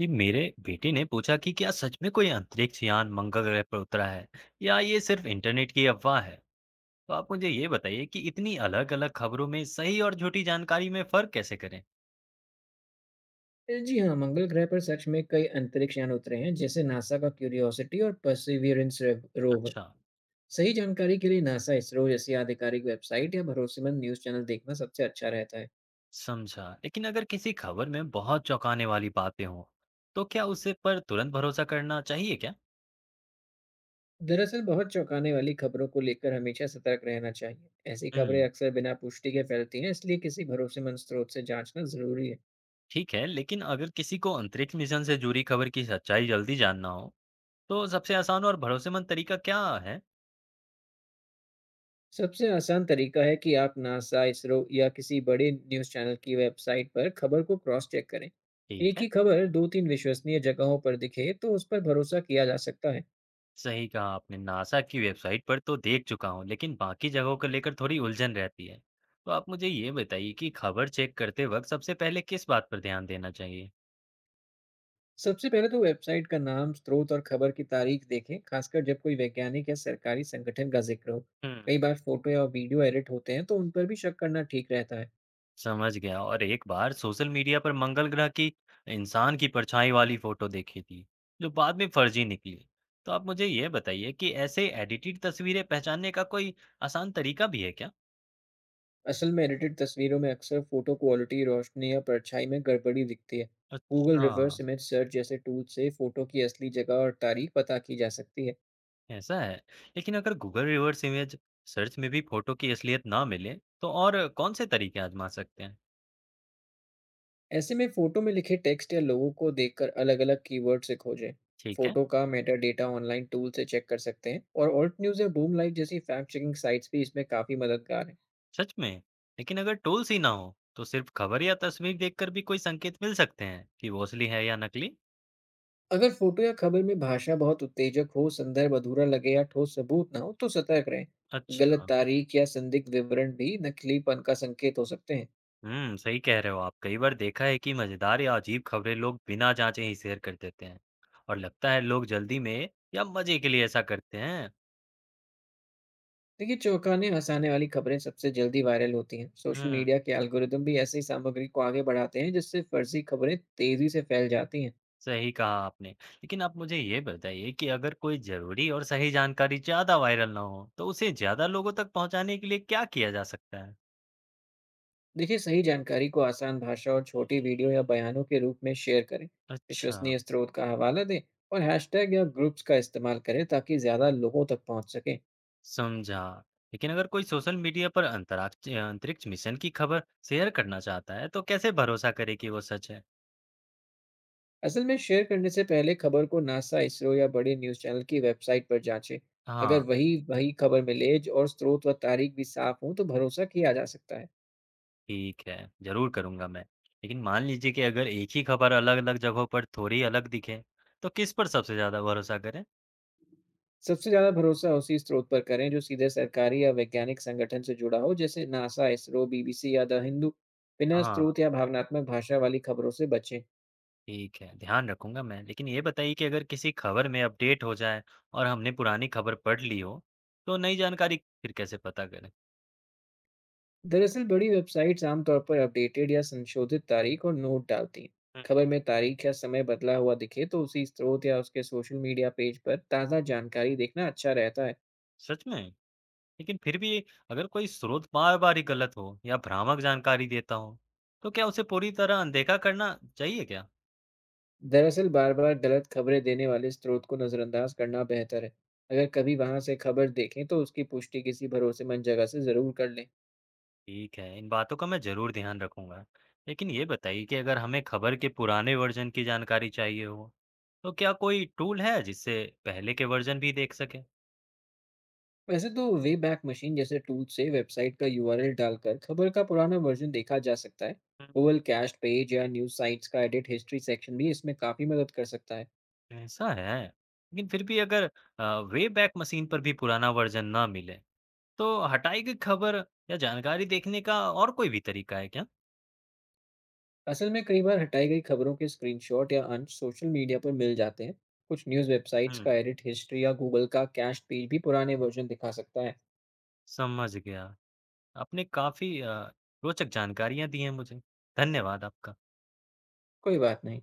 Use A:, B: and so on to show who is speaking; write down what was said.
A: जी, मेरे बेटे ने पूछा कि क्या सच में कोई अंतरिक्ष यान मंगल ग्रह पर उतरा है या ये सिर्फ इंटरनेट की अफवाह है। तो आप मुझे ये बताइए कि इतनी अलग अलग खबरों में सही और झूठी जानकारी में फर्क कैसे करें।
B: जी हाँ, मंगल ग्रह पर सच में कई अंतरिक्ष यान उतरे हैं, जैसे नासा का क्यूरियोसिटी और परसिवियरेंस रोवर।
A: अच्छा।
B: सही जानकारी के लिए नासा, इसरो जैसी आधिकारिक वेबसाइट या भरोसेमंद न्यूज़ चैनल देखना सबसे अच्छा रहता है।
A: समझा। लेकिन अगर किसी खबर में बहुत चौंकाने वाली बातें हों तो क्या उसे पर तुरंत भरोसा करना चाहिए क्या?
B: दरअसल, बहुत चौंकाने वाली खबरों को लेकर हमेशा सतर्क रहना चाहिए। ऐसी खबरें
A: हम्म।
B: अक्सर बिना पुष्टि के फैलती हैं, इसलिए किसी भरोसेमंद स्रोत से जांचना जरूरी है।
A: ठीक है, लेकिन अगर किसी को अंतरिक्ष मिशन से जुड़ी खबर की सच्चाई जल्दी जानना हो तो सबसे आसान और भरोसेमंद तरीका क्या है?
B: सबसे आसान तरीका है कि आप नासा इसरो या किसी बड़े न्यूज़ चैनल की वेबसाइट पर खबर को क्रॉस चेक करें।
A: ठीक
B: एक
A: है।
B: ही खबर दो तीन विश्वसनीय जगहों पर दिखे तो उस पर भरोसा किया जा सकता है।
A: सही कहा आपने। नासा की वेबसाइट पर तो देख चुका हूँ, लेकिन बाकी जगहों को लेकर थोड़ी उलझन रहती है। तो आप मुझे ये बताइए कि खबर चेक करते वक्त सबसे पहले किस बात पर ध्यान देना चाहिए?
B: सबसे पहले तो वेबसाइट का नाम, स्रोत और खबर की तारीख देखें, खासकर जब कोई वैज्ञानिक या सरकारी संगठन का जिक्र हो।
A: हम्म।
B: कई बार फोटो या वीडियो एडिट होते हैं, तो उन पर भी शक करना ठीक रहता है।
A: समझ गया। और एक बार सोशल मीडिया पर मंगल ग्रह की इंसान की परछाई वाली फोटो देखी थी, जो बाद में फर्जी निकली। तो आप मुझे ये बताइए कि ऐसे एडिटेड तस्वीरें पहचानने का कोई आसान तरीका भी है क्या?
B: असल में एडिटेड तस्वीरों में अक्सर फोटो क्वालिटी, रोशनी या परछाई में गड़बड़ी दिखती है। गूगल
A: अच्छा।
B: रिवर्स इमेज सर्च जैसे टूल से फोटो की असली जगह और तारीख पता की जा सकती है।
A: ऐसा है। लेकिन अगर गूगल रिवर्स इमेज सर्च में भी फोटो की असलियत ना मिले तो और कौन से तरीके आजमा सकते हैं?
B: ऐसे में फोटो में लिखे टेक्स्ट या लोगों को देखकर अलग-अलग कीवर्ड से खोजें।
A: ठीक है।
B: फोटो का मेटा डेटा ऑनलाइन टूल से चेक कर सकते हैं, और ऑल्ट न्यूज़ या बूम लाइव जैसी फैक्ट चेकिंग साइट्स भी इसमें काफ़ी मददगार हैं।
A: सच में? लेकिन अगर टूल्स ही ना हो तो सिर्फ खबर या तस्वीर देखकर भी कोई संकेत मिल सकते हैं कि वो असली है या नकली?
B: अगर फोटो या खबर में भाषा बहुत उत्तेजक हो, संदर्भ अधूरा लगे या ठोस सबूत ना हो, तो सतर्क रहें। गलत
A: अच्छा।
B: तारीख या संदिग्ध विवरण भी नकलीपन का संकेत हो सकते हैं।
A: हम्म, सही कह रहे हो आप। कई बार देखा है कि मजेदार या अजीब खबरें लोग बिना जांचे ही शेयर कर देते हैं, और लगता है लोग जल्दी में या मजे के लिए ऐसा करते हैं।
B: देखिए, चौंकाने हंसाने वाली खबरें सबसे जल्दी वायरल होती हैं। Social
A: hmm.
B: मीडिया के एल्गोरिदम भी ऐसी सामग्री को आगे बढ़ाते हैं, जिससे फर्जी खबरें तेजी से फैल जाती हैं।
A: सही कहा आपने। लेकिन आप मुझे ये बताइए कि अगर कोई ज़रूरी और सही जानकारी ज़्यादा वायरल ना हो, तो उसे ज़्यादा लोगों तक पहुँचाने के लिए क्या किया जा सकता है?
B: देखिए, सही जानकारी को आसान भाषा और छोटी वीडियो या बयानों के रूप में शेयर करें।
A: अच्छा।
B: विश्वसनीय स्रोत का हवाला दें और हैशटैग या ग्रुप्स का इस्तेमाल करें ताकि ज़्यादा लोगों तक पहुंच सके।
A: समझा। लेकिन अगर कोई सोशल मीडिया पर अंतराक्ष अंतरिक्ष मिशन की खबर शेयर करना चाहता है, तो कैसे भरोसा करे कि वो सच है?
B: असल में शेयर करने से पहले खबर को नासा, इसरो या बड़े न्यूज़ चैनल की वेबसाइट पर जांचें।
A: हाँ।
B: अगर वही वही खबर मिले और स्रोत व तारीख भी साफ हो, तो भरोसा किया जा सकता है।
A: ठीक है, ज़रूर करूँगा मैं। लेकिन मान लीजिए कि अगर एक ही खबर अलग-अलग जगहों पर थोड़ी अलग दिखे, तो किस पर सबसे ज़्यादा भरोसा करें?
B: सबसे ज़्यादा भरोसा उसी स्रोत पर करें जो सीधे सरकारी या वैज्ञानिक संगठन से जुड़ा हो, जैसे नासा, इसरो, बीबीसी या द हिंदू। बिना
A: हाँ।
B: स्रोत या भावनात्मक भाषा वाली खबरों से बचें।
A: ठीक है, ध्यान रखूँगा मैं। लेकिन ये बताइए कि अगर किसी खबर में अपडेट हो जाए और हमने पुरानी खबर पढ़ ली हो, तो नई जानकारी फिर कैसे पता करें?
B: दरअसल बड़ी वेबसाइट्स आमतौर पर अपडेटेड या संशोधित तारीख और नोट डालती हैं।
A: हम्म।
B: खबर में तारीख या समय बदला हुआ दिखे, तो उसी स्रोत या उसके सोशल मीडिया पेज पर ताज़ा जानकारी देखना अच्छा रहता है।
A: सच में? लेकिन फिर भी अगर कोई स्रोत बार-बार ही गलत हो या भ्रामक जानकारी देता हो, तो क्या उसे पूरी तरह अनदेखा करना चाहिए क्या?
B: दरअसल बार बार गलत खबरें देने वाले स्रोत को नज़रअंदाज करना बेहतर है। अगर कभी वहां से खबर देखें, तो उसकी पुष्टि किसी भरोसेमंद जगह से ज़रूर कर लें।
A: ठीक है, इन बातों का मैं ज़रूर ध्यान रखूँगा। लेकिन ये बताइए कि अगर हमें खबर के पुराने वर्ज़न की जानकारी चाहिए हो, तो क्या कोई टूल है जिससे पहले के वर्ज़न भी देख सकें?
B: वैसे तो वे बैक मशीन जैसे टूल से वेबसाइट का यूआरएल डालकर खबर का पुराना वर्जन देखा जा सकता है। गूगल कैश पेज या न्यूज साइट्स का एडिट हिस्ट्री सेक्शन भी इसमें काफी मदद कर सकता है।
A: ऐसा है। लेकिन फिर भी अगर वे बैक मशीन पर भी पुराना वर्जन ना मिले तो हटाई गई खबर या जानकारी देखने का और कोई भी तरीका है क्या?
B: असल में कई बार हटाई गई खबरों के स्क्रीनशॉट या अंश सोशल मीडिया पर मिल जाते हैं। कुछ न्यूज वेबसाइट्स
A: हम्म।
B: का एडिट हिस्ट्री या गूगल का कैश पेज भी पुराने वर्जन दिखा सकता है।
A: समझ गया। आपने काफी रोचक जानकारियां दी हैं मुझे। धन्यवाद आपका।
B: कोई बात नहीं।